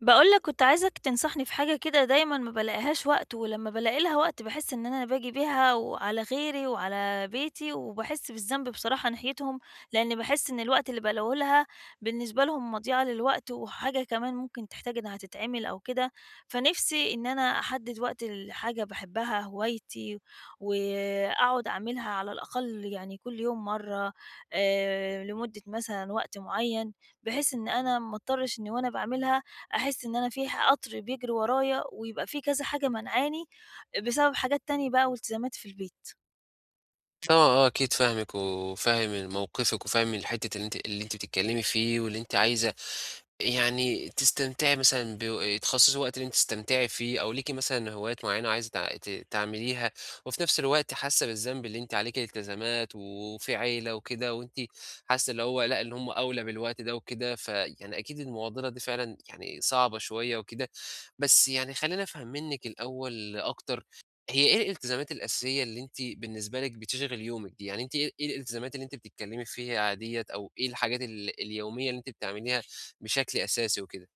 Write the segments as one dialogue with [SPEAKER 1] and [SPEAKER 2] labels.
[SPEAKER 1] باقول لك كنت عايزاك تنصحني في حاجة كده، دايمًا ما بالاقيهاش وقت، ولمّا بالاقي لها وقت باحس إن أنا باجي بيها وعلى غيري وعلى بيتي، وباحس بالذنب بصراحة ناحيتهم، لإن باحس إن الوقت اللي بالاقيه لها بالنسبة لهم مضيعة للوقت، وحاجة كمان ممكن تحتاج إنها تتعمل أو كده. فنفسي إن أنا أحدد وقت لحاجة باحبها، هوايتي، وأقعد أعملها على الأقل يعني كل يوم مرة، لمدة مثلًا وقت معين، بحيث إن أنا ما اضطرش إني وأنا باعملها أحس إن أنا في قطر بيجري ورايا، ويبقى في كذا حاجة مانعاني بسبب حاجات تانية بقى والتزامات في البيت.
[SPEAKER 2] طبعًا آه، أكيد فاهمِك وفاهم موقفِك وفاهم الحتّة اللي أنتِ بتتكلّمي فيه واللي أنتِ عايزة يعني تستمتعي مثلًا تخصصي وقت إن أنتِ تستمتعي فيه، أو ليكِ مثلًا هوايات معيّنة عايزة تع ت تعمليها. وفي نفس الوقت حاسة بالذنب اللي أنتِ عليكِ التزامات وفي عيلة وكده، وأنتِ حاسة اللي هو لأ، اللي هم أولى بالوقت ده وكده. فيعني أكيد المعضلة دي فعلًا يعني صعبة شوية وكده. بس يعني خلّيني أفهم منِّك الأول أكتر، هي إيه الالتزامات الأساسية اللي أنتِ بالنسبة لِك بتشغل يومِك دي؟ يعني أنتِ إيه الالتزامات اللي أنتِ بتتكلمي فيها ديّة، أو إيه الحاجات اليومية اللي أنتِ بتعمليها بشكل أساسي وكده.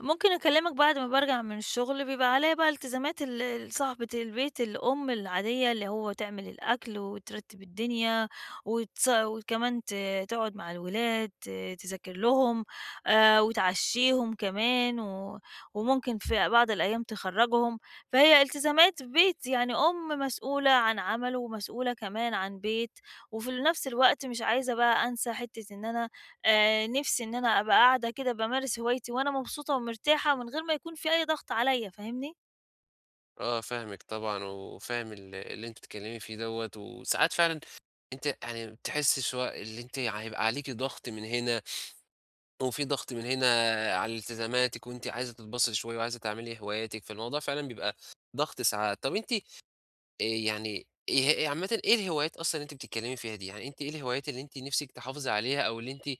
[SPEAKER 1] ممكن أكلّمك بعد ما بارجع من الشغل، بيبقى عليّا بقى التزامات ال صاحبة البيت، الأم العادية، اللي هو تعمل الأكل وترتّب الدنيا، وكمان تقعد مع الولاد، تذاكر لهم، وتعشّيهم كمان، وممكن في بعض الأيام تخرّجهم. فهي التزامات بيت، يعني أم مسؤولة عن عمل ومسؤولة كمان عن بيت، وفي نفس الوقت مش عايزة بقى أنسى حتّة إن أنا، نِفْسي إن أنا أبقى قاعدة كده بامارس هوايتي وأنا مبسوطة ومرتاحة من غير ما يكون في أي ضغط عليّا، فاهمني؟
[SPEAKER 2] آه فاهمِك طبعًا، وفاهم اللي أنتِ بتتكلمي فيه دوّة، وساعات فعلًا أنتِ يعني بتحسي شوية اللي أنتِ هيبقى عليكِ ضغط من هنا، وفي ضغط من هنا على التزاماتِك. وأنتِ عايزة تتبسطي شوية وعايزة تعملي هواياتِك، فالموضوع فعلًا بيبقى ضغط ساعات. طب أنتِ يعني إيه عامةً إيه الهوايات أصلًا اللي أنتِ بتتكلمي فيها دي؟ يعني أنتِ إيه الهوايات اللي أنتِ نِفْسِك تحافظي عليها أو اللي أنتِ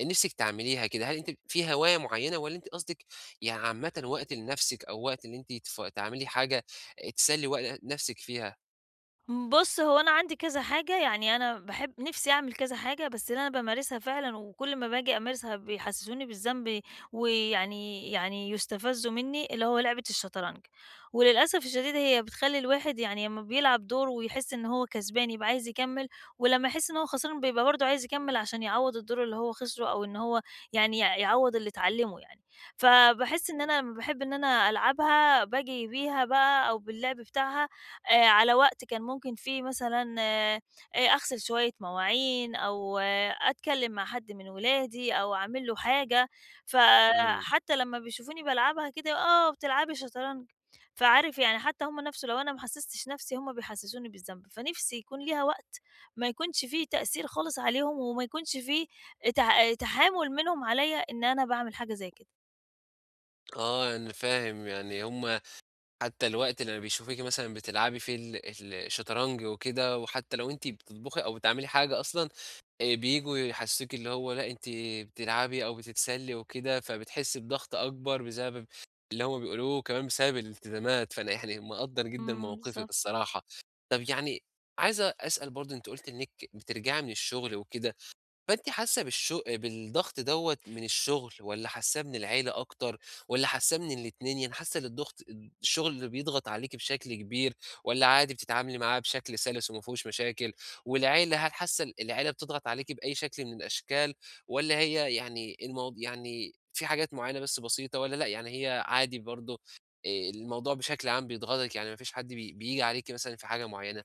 [SPEAKER 2] نِفْسِك تعمليها كده؟ هل أنتِ في هواية معيّنة والّا أنتِ قصدِك يعني عامةً وقت لنَفْسِك أو وقت اللي أنتِ تعملي حاجة تسلّي نَفْسِك فيها؟
[SPEAKER 1] بُص، هو أنا عندي كذا حاجة، يعني أنا باحب نِفْسي أعمل كذا حاجة، بس اللي أنا بامارسها فعلًا وكل ما باجي أمارسها بيحسسوني بالذنب ويعني يُستفزّوا منّي، اللي هو لعبة الشطرنج. وللأسف الشديد هي بتخلّي الواحد يعني أمّا بيلعب دور ويحس إن هو كسبان يبقى عايز يكمّل، ولمّا يحس إن هو خسران بيبقى برضه عايز يكمّل عشان يعوّض الدور اللي هو خسره، أو إن هو يعني يعوّض اللي اتعلّمه يعني. فباحس إن أنا لمّا باحب إن أنا ألعبها باجي بيها بقى، أو باللعب بتاعها على وقت كان ممكن فيه مثلًا، أغسل شوية مواعين، أو أتكلّم مع حد من ولادي أو أعمل له حاجة،
[SPEAKER 2] إمم.
[SPEAKER 1] فحتى لمّا بيشوفوني بالعبها كده، آه بتلعبي شطرنج، فعارف يعني، حتى هُم نَفْسه لو أنا ما حسستش نَفْسي هُم بيحسسوني بالذنب، فنِفْسي يكون ليها وقت ما يكونش فيه تأثير خالص عليهم، وما يكونش فيه تحامُل منهم عليّا إن أنا باعمل حاجة زي كده.
[SPEAKER 2] آه، أنا فاهم، يعني هم حتى الوقت لمّا بيشوفوكِ مثلًا بتلعبي فيه الشطرنج وكده، وحتى لو أنتِ بتطبخي أو بتعملي حاجة أصلًا، بييجوا يحسّسوكِ اللي هو لأ، أنتِ بتلعبي أو بتتسلّي وكده. فبتحسّي بضغط أكبر بسبب اللي هم بيقولوه، وكمان بسبب الالتزامات. فأنا يعني مقدّر جدًا
[SPEAKER 1] إمم،
[SPEAKER 2] موقفِك
[SPEAKER 1] بالضبط.
[SPEAKER 2] الصراحة. طَب يعني عايز أسأل برضه، أنتِ قُلتِ إنِّك بترجعي من الشغل وكده، فأنتِ حاسة بالضغط دوّة من الشغل والّا حاساه من العيلة أكتر والّا حاساه من الاتنين؟ يعني حاسة إن الضغط الشغل اللي بيضغط عليكِ بشكل كبير والّا عادي بتتعاملي معاه بشكل سلس وما فيهوش مشاكل؟ والعيلة، هل حاسة العيلة بتضغط عليكِ بأي شكل من الأشكال والّا هي يعني يعني في حاجات معينة بس بسيطة، والّا لأ، يعني هي عادي برضه الموضوع بشكل عام بيضغطِك، يعني ما فيش حد بييجي عليكِ مثلًا في حاجة معينة؟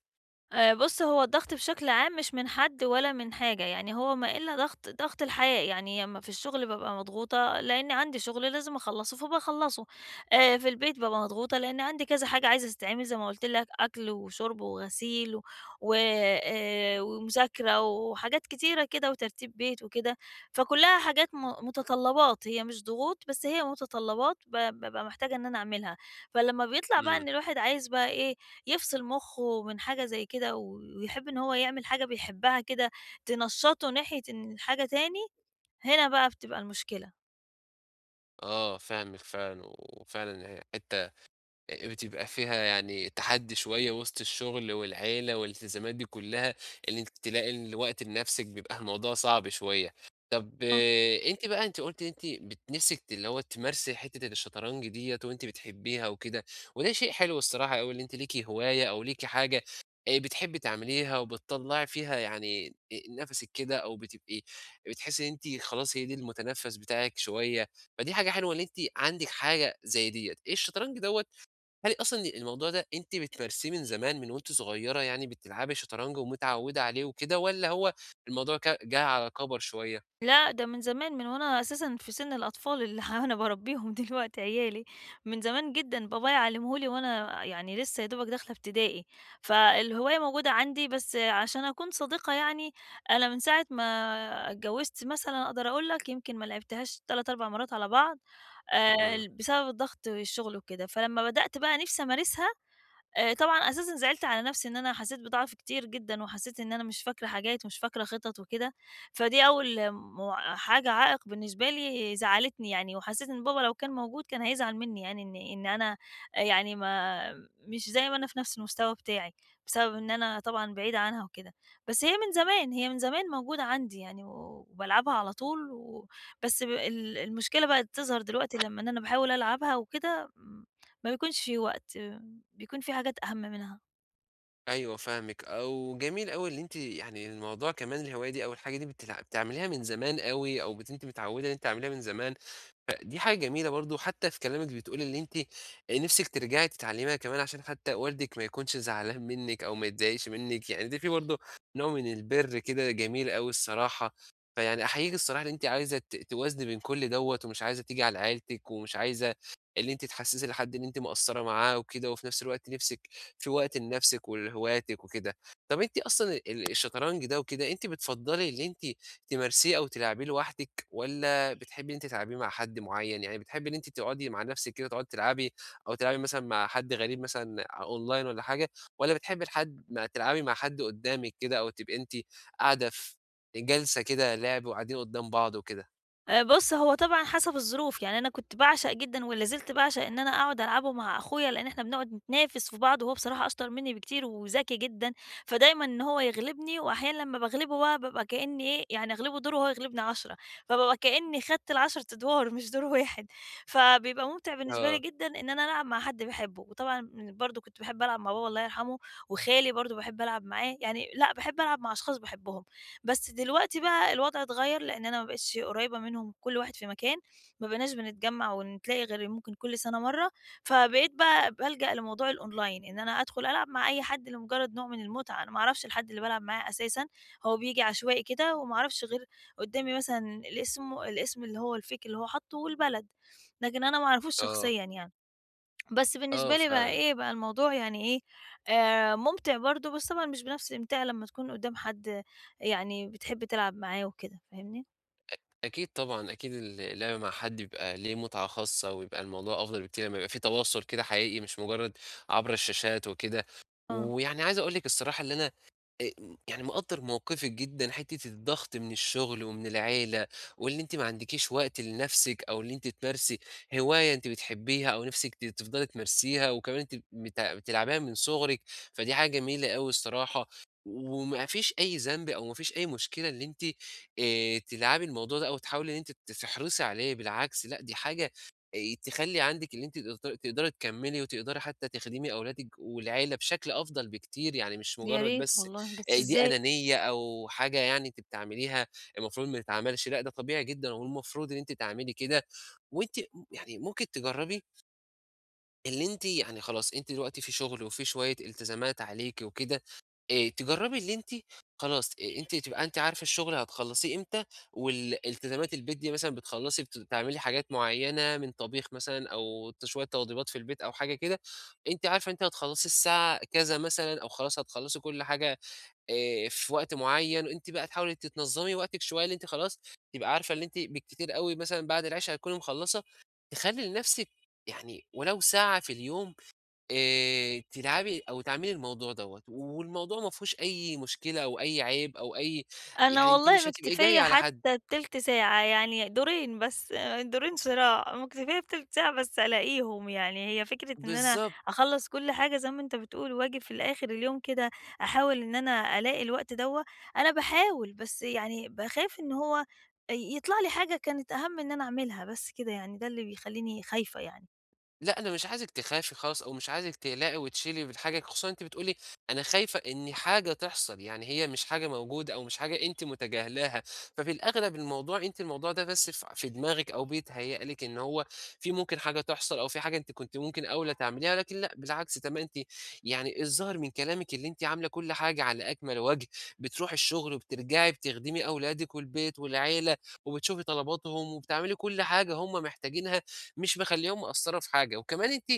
[SPEAKER 1] بُص، هو الضغط بشكل عام مش من حد ولا من حاجة، يعني هو ما إلا ضغط الحياة، يعني أمّا في الشغل بابقى مضغوطة لإن عندي شغل لازم أخلّصه فباخلّصه، في البيت بابقى مضغوطة لإن عندي كذا حاجة عايزة تتعمل زي ما قُلت لك، أكْل وشُرب وغسيل و وآآ ومذاكرة وحاجات كتيرة كده وترتيب بيت وكده، فكُلّها حاجات متطلّبات، هي مش ضغوط، بس هي متطلّبات بابقى محتاجة إن أنا أعملها. فلمّا بيطلع بقى
[SPEAKER 2] إمم.
[SPEAKER 1] إن الواحد عايز بقى إيه، يفصل مُخّه من حاجة زي كده ويحب إن هو يعمل حاجة بيحبها كده تنشّطه ناحية إن حاجة تاني، هنا بقى بتبقى المشكلة.
[SPEAKER 2] آه فاهمِك فعلًا، وفعلًا هي حتّة بتبقى فيها يعني تحدّي شوية وسط الشغل والعيلة والالتزامات دي كلّها. إن أنتِ تلاقي الوقت لنَفْسِك بيبقى الموضوع صعب شوية. طَب آه، أنتِ بقى أنتِ قُلتِ أنتِ نِفْسِك اللي هو تمارسي حتّة الشطرنج ديّة وأنتِ بتحبّيها وكده، وده شيء حلو الصراحة أوي إن أنتِ ليكِ هواية أو ليكِ حاجة بتحبّي تعمليها وبتطلّعي فيها يعني آآ نَفَسِك كده، أو بتبقي بتحسّي إن أنتِ خلاص هي دي المتنفّس بتاعِك شوية. فدي حاجة حلوة إن أنتِ عندِك حاجة زي ديّة. الشطرنج دوّة، هل أصلًا الموضوع ده أنتِ بتمارسيه من زمان من وأنتِ صغيرة، يعني بتلعبي شطرنج ومتعودة عليه وكده، والّا هو الموضوع جه على كبر شوية؟
[SPEAKER 1] لأ، ده من زمان، من وأنا أساسًا في سِن الأطفال اللي أنا باربّيهم دلوقتي عيالي، من زمان جدًا، بابايا علّمه لي وأنا يعني لسه يا دوبك داخلة ابتدائي، فالهواية موجودة عندي، بس عشان أكون صادقة يعني، أنا من ساعة ما اتجوّزت مثلًا أقدر أقول لك يمكن ما لعبتهاش 3، 4 مرات على بعض.
[SPEAKER 2] إمم،
[SPEAKER 1] بسبب الضغط والشغل وكده، فلمّا بدأت بقى نِفْسي أمارسها، طبعًا أساسًا زعلت على نَفْسي إن أنا حسّيت بضعف كتير جدًا، وحسّيت إن أنا مش فاكرة حاجات ومش فاكرة خِطَط وكده، فدي أول حاجة عائق بالنسبة لي زعّلتني يعني، وحسّيت إن بابا لو كان موجود كان هيزعل منّي، يعني إن أنا يعني ما مش زي ما أنا في نَفْس المستوى بتاعي، بسبب إن أنا طبعًا بعيدة عنها وكده. بس هي من زمان، هي من زمان موجودة عندي يعني وبالعبها على طول، بس ب ال المشكلة بقت تظهر دلوقتي لمّا إن أنا باحاول ألعبها وكده، ما بيكونش في وقت. بيكون في حاجات أهم منها.
[SPEAKER 2] أيوه فاهمِك. أو جميل أوي اللي أنتِ يعني الموضوع كمان الهواية دي أو الحاجة دي بتعمليها من زمان أوي، أو أنتِ متعودة إن أنتِ تعمليها من زمان، دي حاجة جميلة برضه. حتى في كلامِك بتقولي إن أنتِ نِفْسِك ترجعي تتعلميها كمان عشان حتى والدِك ما يكونش زعلان منِّك أو ما يتضايقش منِّك، يعني ده في برضه نوع من البِر كده جميل أوي الصراحة. فيعني أحييكِ الصراحة إن أنتِ عايزة توازني بين كل دوّة ومش عايزة تيجي على عيلتِك، ومش عايزة إن أنتِ تحسّسي لحد إن أنتِ مقصّرة معاه وكده، وفي نَفْس الوقت نِفْسِك في وقت لنَفْسِك ولهواياتِك وكده. طَب أنتِ أصلًا الشطرنج ده وكده، أنتِ بتفضّلي إن أنتِ تمارسيه أو تلعبيه لوحدِك والّا بتحبي إن أنتِ تلعبيه مع حد معيّن؟ يعني بتحبي إن أنتِ تقعدي مع نفسِك كده تقعدي تلعبي، أو تلعبي مثلًا مع حد غريب مثلًا أونلاين والّا حاجة، والّا بتحبي الحد ما تلعبي مع حد قدّامِك كده أو تبقي أنتِ قاعدة في جلسة كده لعب وقاعدين قدّام بعض وكده؟
[SPEAKER 1] بُص، هو طبعًا حسب الظروف، يعني أنا كنت باعشق جدًا ولا زلت باعشق إن أنا أقعد ألعبه مع أخويا، لإن إحنا بنقعد نتنافس في بعض، وهو بصراحة أشطر منّي بكتير وذكي جدًا، فدايمًا إن هو يغلبني، وأحيانًا لمّا باغلبه بقى بابقى كإنّي إيه، يعني أغلبه دور وهو يغلبني 10، فبابقى كإنّي خدت ال10 أدوار مش دور واحد، فبيبقى ممتع بالنسبة لي
[SPEAKER 2] آه،
[SPEAKER 1] جدًا إن أنا ألعب مع حد باحبه، وطبعًا برضه كنت باحب ألعب مع بابا الله يرحمه، وخالي برضه باحب ألعب معاه، يعني لأ، باحب ألعب مع أشخاص باحبهم. بس دلوقتي بقى الوضع اتغيّر، لإن أنا ما بقيتش قريّبة منهم، كل واحد في مكان، ما بقيناش بنتجمّع ونتلاقي غير ممكن كل سَنة مرّة، فبقيت بقى بالجأ لموضوع الأونلاين، إن أنا أدخل ألعب مع أي حد لمجرّد نوع من المتعة، أنا ما أعرفش الحد اللي بالعب معاه أساسًا، هو بييجي عشوائي كده، وما أعرفش غير قدّامي مثلًا الاسم، الاسم اللي هو الfake اللي هو حاطّه والبلد، لكن أنا ما أعرفوش
[SPEAKER 2] آه،
[SPEAKER 1] شخصيًا يعني. بس
[SPEAKER 2] آه
[SPEAKER 1] بالنسبة لي بقى
[SPEAKER 2] فعلًا.
[SPEAKER 1] إيه، بقى الموضوع يعني إيه، مُمتع برضه، بس طبعًا مش بنفس الإمتاع لمّا تكون قدّام حد يعني بتحب تلعب معاه وكده، فاهمني؟
[SPEAKER 2] أكيد طبعًا، أكيد اللعب مع حد بيبقى ليه متعة خاصة ويبقى الموضوع أفضل بكتير لمّا يبقى في تواصل كده حقيقي مش مجرّد عبر الشاشات وكده.
[SPEAKER 1] آه،
[SPEAKER 2] ويعني عايز أقول لِك الصراحة اللي أنا آآ يعني مقدّر موقفِك جدًا، حتّة الضغط من الشغل ومن العيلة. وإن أنتِ ما عندكيش وقت لنَفْسِك أو إن أنتِ تمارسي هواية أنتِ بتحبيها أو نِفْسِك تفضلي تمارسيها، وكمان أنتِ بتلعبيها من صغرِك، فدي حاجة جميلة أوي الصراحة. وما فيش أي ذنب أو ما فيش أي مشكلة إن أنتِ تلعبي الموضوع ده أو تحاولي إن أنتِ تحرصي عليه. بالعكس، لأ دي حاجة تخلّي عندِك إن أنتِ تقدري تكمّلي وتقدري حتّى تخدمي أولادِك والعيلة بشكل أفضل بكتير، يعني مش
[SPEAKER 1] يا
[SPEAKER 2] مجرّد
[SPEAKER 1] ريت
[SPEAKER 2] بس
[SPEAKER 1] والله، بس
[SPEAKER 2] دي
[SPEAKER 1] إزاي؟
[SPEAKER 2] أنانية أو حاجة يعني أنتِ بتعمليها المفروض ما تتعملش. لأ، ده طبيعي جدًا والمفروض إن أنتِ تعملي كده. وأنتِ يعني ممكن تجرّبي اللي أنتِ يعني خلاص أنتِ دلوقتي في شغل وفي شوية التزامات عليكِ وكده، تجرّبي اللي أنتِ خلاص أنتِ تبقى أنتِ عارفة الشغل هتخلّصيه إمتى، وال التزامات البيت دي مثلًا بتخلّصي بت بتعملي حاجات معيّنة من طبيخ مثلًا أو شوية توضيبات في البيت أو حاجة كده. أنتِ عارفة أنتِ هتخلّصي الساعة كذا مثلًا، أو خلاص هتخلّصي كل حاجة في وقت معيّن. أنتِ بقى تحاولي تتنظّمي وقتِك شوية، اللي أنتِ خلاص تبقى عارفة اللي أنتِ بالكتير أوي مثلًا بعد العِشا هتكوني مخلّصة، تخلّي لنَفْسِك يعني ولو ساعة في اليوم تلعبي أو تعملي الموضوع دوّة، والموضوع ما فيهوش أي مشكلة أو أي عيب أو أي
[SPEAKER 1] أنا
[SPEAKER 2] يعني، أنتِ
[SPEAKER 1] والله
[SPEAKER 2] مش هتبقي جاية
[SPEAKER 1] مكتفية
[SPEAKER 2] على حد.
[SPEAKER 1] حتى بتلت ساعة، يعني دورين بس، دورين صراع، مكتفية بتلت ساعة بس ألاقيهم، يعني هي فكرة إن أنا
[SPEAKER 2] بالضبط.
[SPEAKER 1] أخلّص كل حاجة زي ما أنت بتقول، وآجي في الآخر اليوم كده أحاول إن أنا ألاقي الوقت دوّة، أنا باحاول، بس يعني باخاف إن هو يطلع لي حاجة كانت أهم إن أنا أعملها، بس كده يعني، ده اللي بيخلّيني خايفة يعني.
[SPEAKER 2] لأ، أنا مش عايزِك تخافي خالص أو مش عايزِك تقلقي وتشيلي بالحاجة، خصوصًا أنتِ بتقولي أنا خايفة إن حاجة تحصل، يعني هي مش حاجة موجودة أو مش حاجة أنتِ متجاهلاها. ففي الأغلب الموضوع أنتِ الموضوع ده بس في دماغِك أو بيتهيأ لِك إن هو في ممكن حاجة تحصل، أو في حاجة أنتِ كنتِ ممكن أولى تعمليها. لكن لأ، بالعكس تمامًا، أنتِ يعني الظاهر من كلامِك اللي أنتِ عاملة كل حاجة على أكمل وجه. بتروحي الشغل وبترجعي بتخدمي أولادِك والبيت والعيلة، وبتشوفي طلباتهم وبتعملي كل حاجة هم محتاجينها، مش مخلّياهم مقصّرة في حاجة. وكمان أنتِ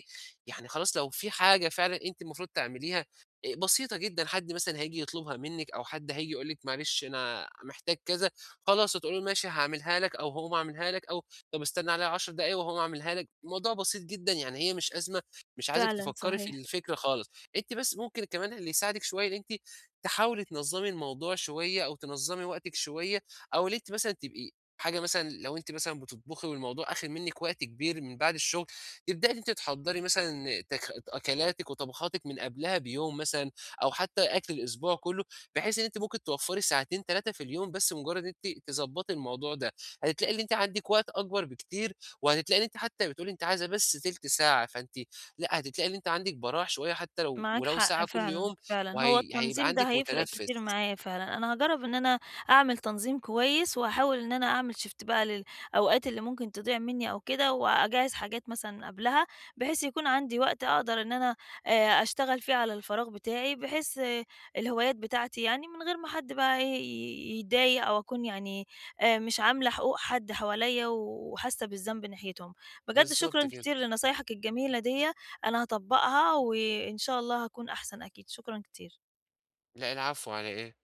[SPEAKER 2] يعني خلاص لو في حاجة فعلًا أنتِ المفروض تعمليها بسيطة جدًا، حد مثلًا هييجي يطلبها منِّك أو حد هييجي يقول لِك معلش أنا محتاج كذا، خلاص هتقولي له ماشي هاعملها لك، أو هاقوم أعملها لك، أو طب استنى عليّا 10 دقايق وهاقوم أعملها لك. الموضوع بسيط جدًا، يعني هي مش أزمة. مش عايزِك
[SPEAKER 1] فعلًا
[SPEAKER 2] تفكّري في
[SPEAKER 1] صحيح.
[SPEAKER 2] الفكرة خالص. أنتِ بس ممكن كمان اللي يساعدِك شوية إن أنتِ تحاولي تنظّمي الموضوع شوية أو تنظّمي وقتِك شوية، أو إن أنتِ مثلًا تبقي حاجة مثلًا لو أنتِ مثلًا بتطبخي والموضوع آخِد منِّك وقت كبير من بعد الشغل، تبدئي إن أنتِ تحضّري مثلًا أكلاتِك وطبخاتِك من قبلها بيوم مثلًا، أو حتى أكل الأسبوع كُلّه، بحيث إن أنتِ ممكن توفّري ساعتين 3 في اليوم بس مجرّد إن أنتِ تضبّطي الموضوع ده، هتلاقي إن أنتِ عندِك وقت أكبر بكتير، وهتلاقي إن أنتِ حتى بتقولي أنتِ عايزة بس تِلت ساعة، فأنتِ لأ، هتلاقي إن أنتِ عندِك براح شوية حتى لو
[SPEAKER 1] معاك
[SPEAKER 2] ولو
[SPEAKER 1] حق
[SPEAKER 2] ساعة كل
[SPEAKER 1] فعلًا،
[SPEAKER 2] يوم،
[SPEAKER 1] فعلًا، هو
[SPEAKER 2] وهي هيبقى
[SPEAKER 1] التنظيم ده
[SPEAKER 2] عندِك
[SPEAKER 1] هيفرق كتير
[SPEAKER 2] متنفِّس.
[SPEAKER 1] معايا فعلًا، أنا هاجرّب إن أنا أعمل تنظيم كويس، وهاحاول إن أنا أعمل shift بقى للأوقات اللي ممكن تضيع مني أو كده، وأجهّز حاجات مثلًا قبلها، بحيث يكون عندي وقت أقدر إن أنا، أشتغل فيه على الفراغ بتاعي، بحيث الهوايات بتاعتي يعني من غير ما حد بقى إيه يتضايق، أو أكون يعني، مش عاملة حقوق حد حواليّا وحاسة بالذنب ناحيتهم. بجد
[SPEAKER 2] بالضبط
[SPEAKER 1] شكرًا
[SPEAKER 2] كده.
[SPEAKER 1] كتير لنصايحك الجميلة ديّة، أنا هاطبّقها وإن شاء الله هاكون أحسن أكيد، شكرًا كتير.
[SPEAKER 2] لأ، العفو على إيه؟